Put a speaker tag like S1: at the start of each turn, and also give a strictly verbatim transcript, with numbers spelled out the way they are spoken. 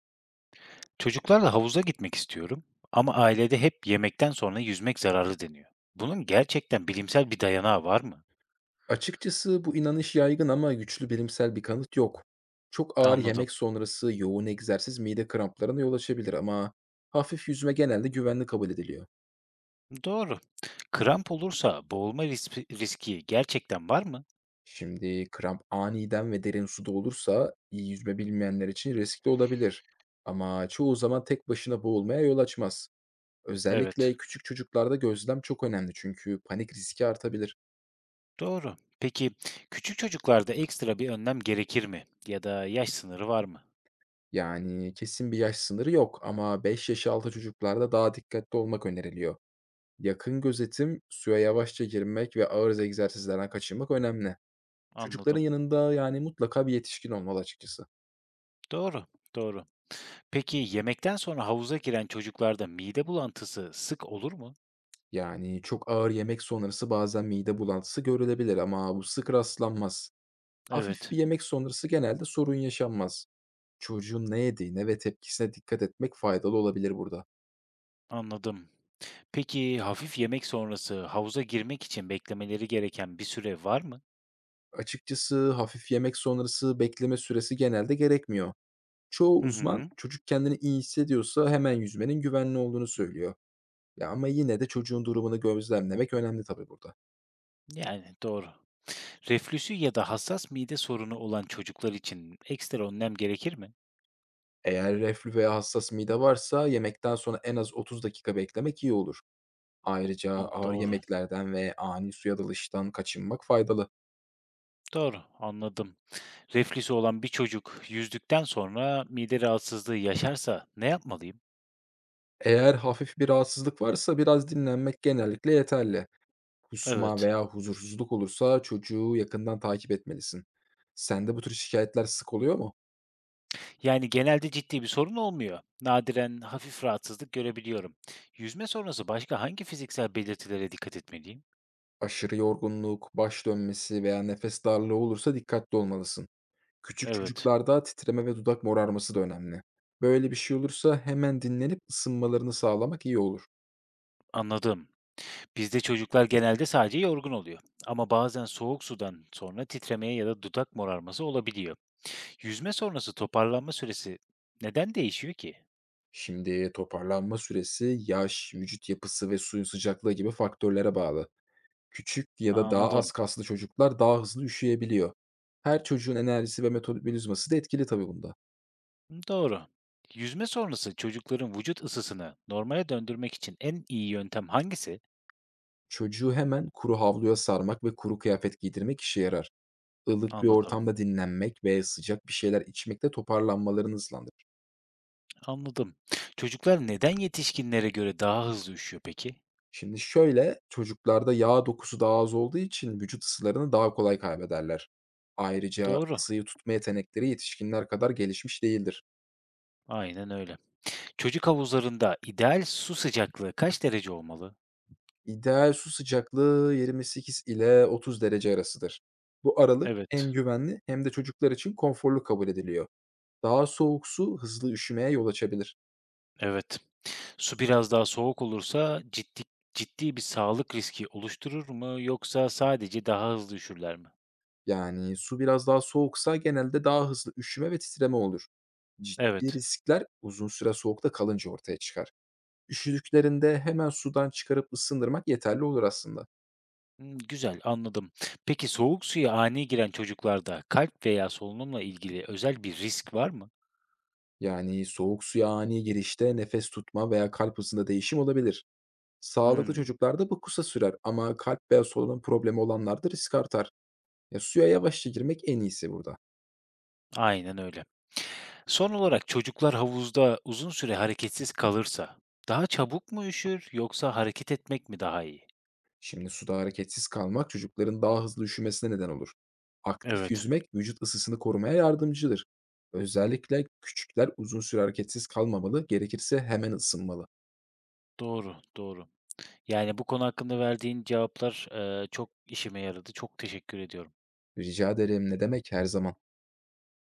S1: Çocuklarla havuza gitmek istiyorum ama ailede hep yemekten sonra yüzmek zararlı deniyor. Bunun gerçekten bilimsel bir dayanağı var mı?
S2: Açıkçası bu inanış yaygın ama güçlü bilimsel bir kanıt yok. Çok ağır
S1: Anladım.
S2: yemek sonrası yoğun egzersiz mide kramplarına yol açabilir ama hafif yüzme genelde güvenli kabul ediliyor.
S1: Doğru. Kramp olursa boğulma riski, riski gerçekten var mı?
S2: Şimdi kramp aniden ve derin suda olursa iyi yüzme bilmeyenler için riskli olabilir. Ama çoğu zaman tek başına boğulmaya yol açmaz.
S1: Evet.
S2: Özellikle küçük çocuklarda gözlem çok önemli çünkü panik riski artabilir.
S1: Doğru. Peki küçük çocuklarda ekstra bir önlem gerekir mi? Ya da yaş sınırı var mı?
S2: Yani kesin bir yaş sınırı yok ama beş yaş altı çocuklarda daha dikkatli olmak öneriliyor. Yakın gözetim, suya yavaşça girmek ve ağır egzersizlerden kaçınmak önemli. Çocukların
S1: Anladım.
S2: yanında yani mutlaka bir yetişkin olmalı açıkçası.
S1: Doğru. Doğru. Peki yemekten sonra havuza giren çocuklarda mide bulantısı sık olur mu?
S2: Yani çok ağır yemek sonrası bazen mide bulantısı görülebilir ama bu sık rastlanmaz. Hafif
S1: Evet.
S2: bir yemek sonrası genelde sorun yaşanmaz. Çocuğun ne yediğine ve tepkisine dikkat etmek faydalı olabilir burada.
S1: Anladım. Peki, hafif yemek sonrası havuza girmek için beklemeleri gereken bir süre var mı?
S2: Açıkçası hafif yemek sonrası bekleme süresi genelde gerekmiyor. Çoğu
S1: Hı
S2: uzman
S1: hı.
S2: çocuk kendini iyi hissediyorsa hemen yüzmenin güvenli olduğunu söylüyor. Ya, ama yine de çocuğun durumunu gözlemlemek önemli tabii burada.
S1: Yani doğru. Reflüsü ya da hassas mide sorunu olan çocuklar için ekstra önlem gerekir mi?
S2: Eğer reflü veya hassas mide varsa yemekten sonra en az otuz dakika beklemek iyi olur. Ayrıca
S1: Hı,
S2: ağır
S1: doğru.
S2: yemeklerden ve ani suya dalıştan kaçınmak faydalı.
S1: Doğru, anladım. Reflüsü olan bir çocuk yüzdükten sonra mide rahatsızlığı yaşarsa ne yapmalıyım?
S2: Eğer hafif bir rahatsızlık varsa biraz dinlenmek genellikle yeterli. Kusma
S1: Evet.
S2: veya huzursuzluk olursa çocuğu yakından takip etmelisin. Sende bu tür şikayetler sık oluyor mu?
S1: Yani genelde ciddi bir sorun olmuyor. Nadiren hafif rahatsızlık görebiliyorum. Yüzme sonrası başka hangi fiziksel belirtilere dikkat etmeliyim?
S2: Aşırı yorgunluk, baş dönmesi veya nefes darlığı olursa dikkatli olmalısın. Küçük
S1: Evet,
S2: çocuklarda titreme ve dudak morarması da önemli. Böyle bir şey olursa hemen dinlenip ısınmalarını sağlamak iyi olur.
S1: anladım. Bizde çocuklar genelde sadece yorgun oluyor. Ama bazen soğuk sudan sonra titremeye ya da dudak morarması olabiliyor. Yüzme sonrası toparlanma süresi neden değişiyor ki?
S2: Şimdi toparlanma süresi, yaş, vücut yapısı ve suyun sıcaklığı gibi faktörlere bağlı. Küçük ya
S1: Aa,
S2: da daha az
S1: anladım.
S2: kaslı çocuklar daha hızlı üşüyebiliyor. Her çocuğun enerjisi ve metabolizması da etkili tabii bunda.
S1: Doğru. Yüzme sonrası çocukların vücut ısısını normale döndürmek için en iyi yöntem hangisi?
S2: Çocuğu hemen kuru havluya sarmak ve kuru kıyafet giydirmek işe yarar. Ilık bir
S1: Anladım.
S2: ortamda dinlenmek ve sıcak bir şeyler içmek de toparlanmalarını hızlandırır.
S1: Anladım. Çocuklar neden yetişkinlere göre daha hızlı üşüyor peki?
S2: Şimdi şöyle, çocuklarda yağ dokusu daha az olduğu için vücut ısılarını daha kolay kaybederler. Ayrıca
S1: Doğru.
S2: ısıyı tutma yetenekleri yetişkinler kadar gelişmiş değildir.
S1: Aynen öyle. Çocuk havuzlarında ideal su sıcaklığı kaç derece olmalı?
S2: İdeal su sıcaklığı yirmi sekiz ile otuz derece arasıdır. Bu aralık hem
S1: Evet.
S2: güvenli hem de çocuklar için konforlu kabul ediliyor. Daha soğuk su hızlı üşümeye yol açabilir.
S1: Evet. Su biraz daha soğuk olursa ciddi ciddi bir sağlık riski oluşturur mu yoksa sadece daha hızlı üşürler mi?
S2: Yani su biraz daha soğuksa genelde daha hızlı üşüme ve titreme olur. Ciddi
S1: Evet.
S2: riskler uzun süre soğukta kalınca ortaya çıkar. Üşüdüklerinde hemen sudan çıkarıp ısındırmak yeterli olur aslında.
S1: Hımm, güzel, anladım. Peki soğuk suya ani giren çocuklarda kalp veya solunumla ilgili özel bir risk var mı?
S2: Yani soğuk suya ani girişte nefes tutma veya kalp hızında değişim olabilir. Sağlıklı
S1: Hımm,
S2: çocuklarda bu kısa sürer ama kalp veya solunum problemi olanlarda risk artar. Ya suya yavaşça girmek en iyisi burada.
S1: aynen öyle. Son olarak çocuklar havuzda uzun süre hareketsiz kalırsa daha çabuk mu üşür yoksa hareket etmek mi daha iyi?
S2: Şimdi suda hareketsiz kalmak çocukların daha hızlı üşümesine neden olur. Aktif
S1: Evet,
S2: yüzmek vücut ısısını korumaya yardımcıdır. Özellikle küçükler uzun süre hareketsiz kalmamalı, gerekirse hemen ısınmalı.
S1: doğru, doğru. Yani bu konu hakkında verdiğin cevaplar, eee, çok işime yaradı. Çok teşekkür ediyorum.
S2: Rica ederim ne demek her zaman.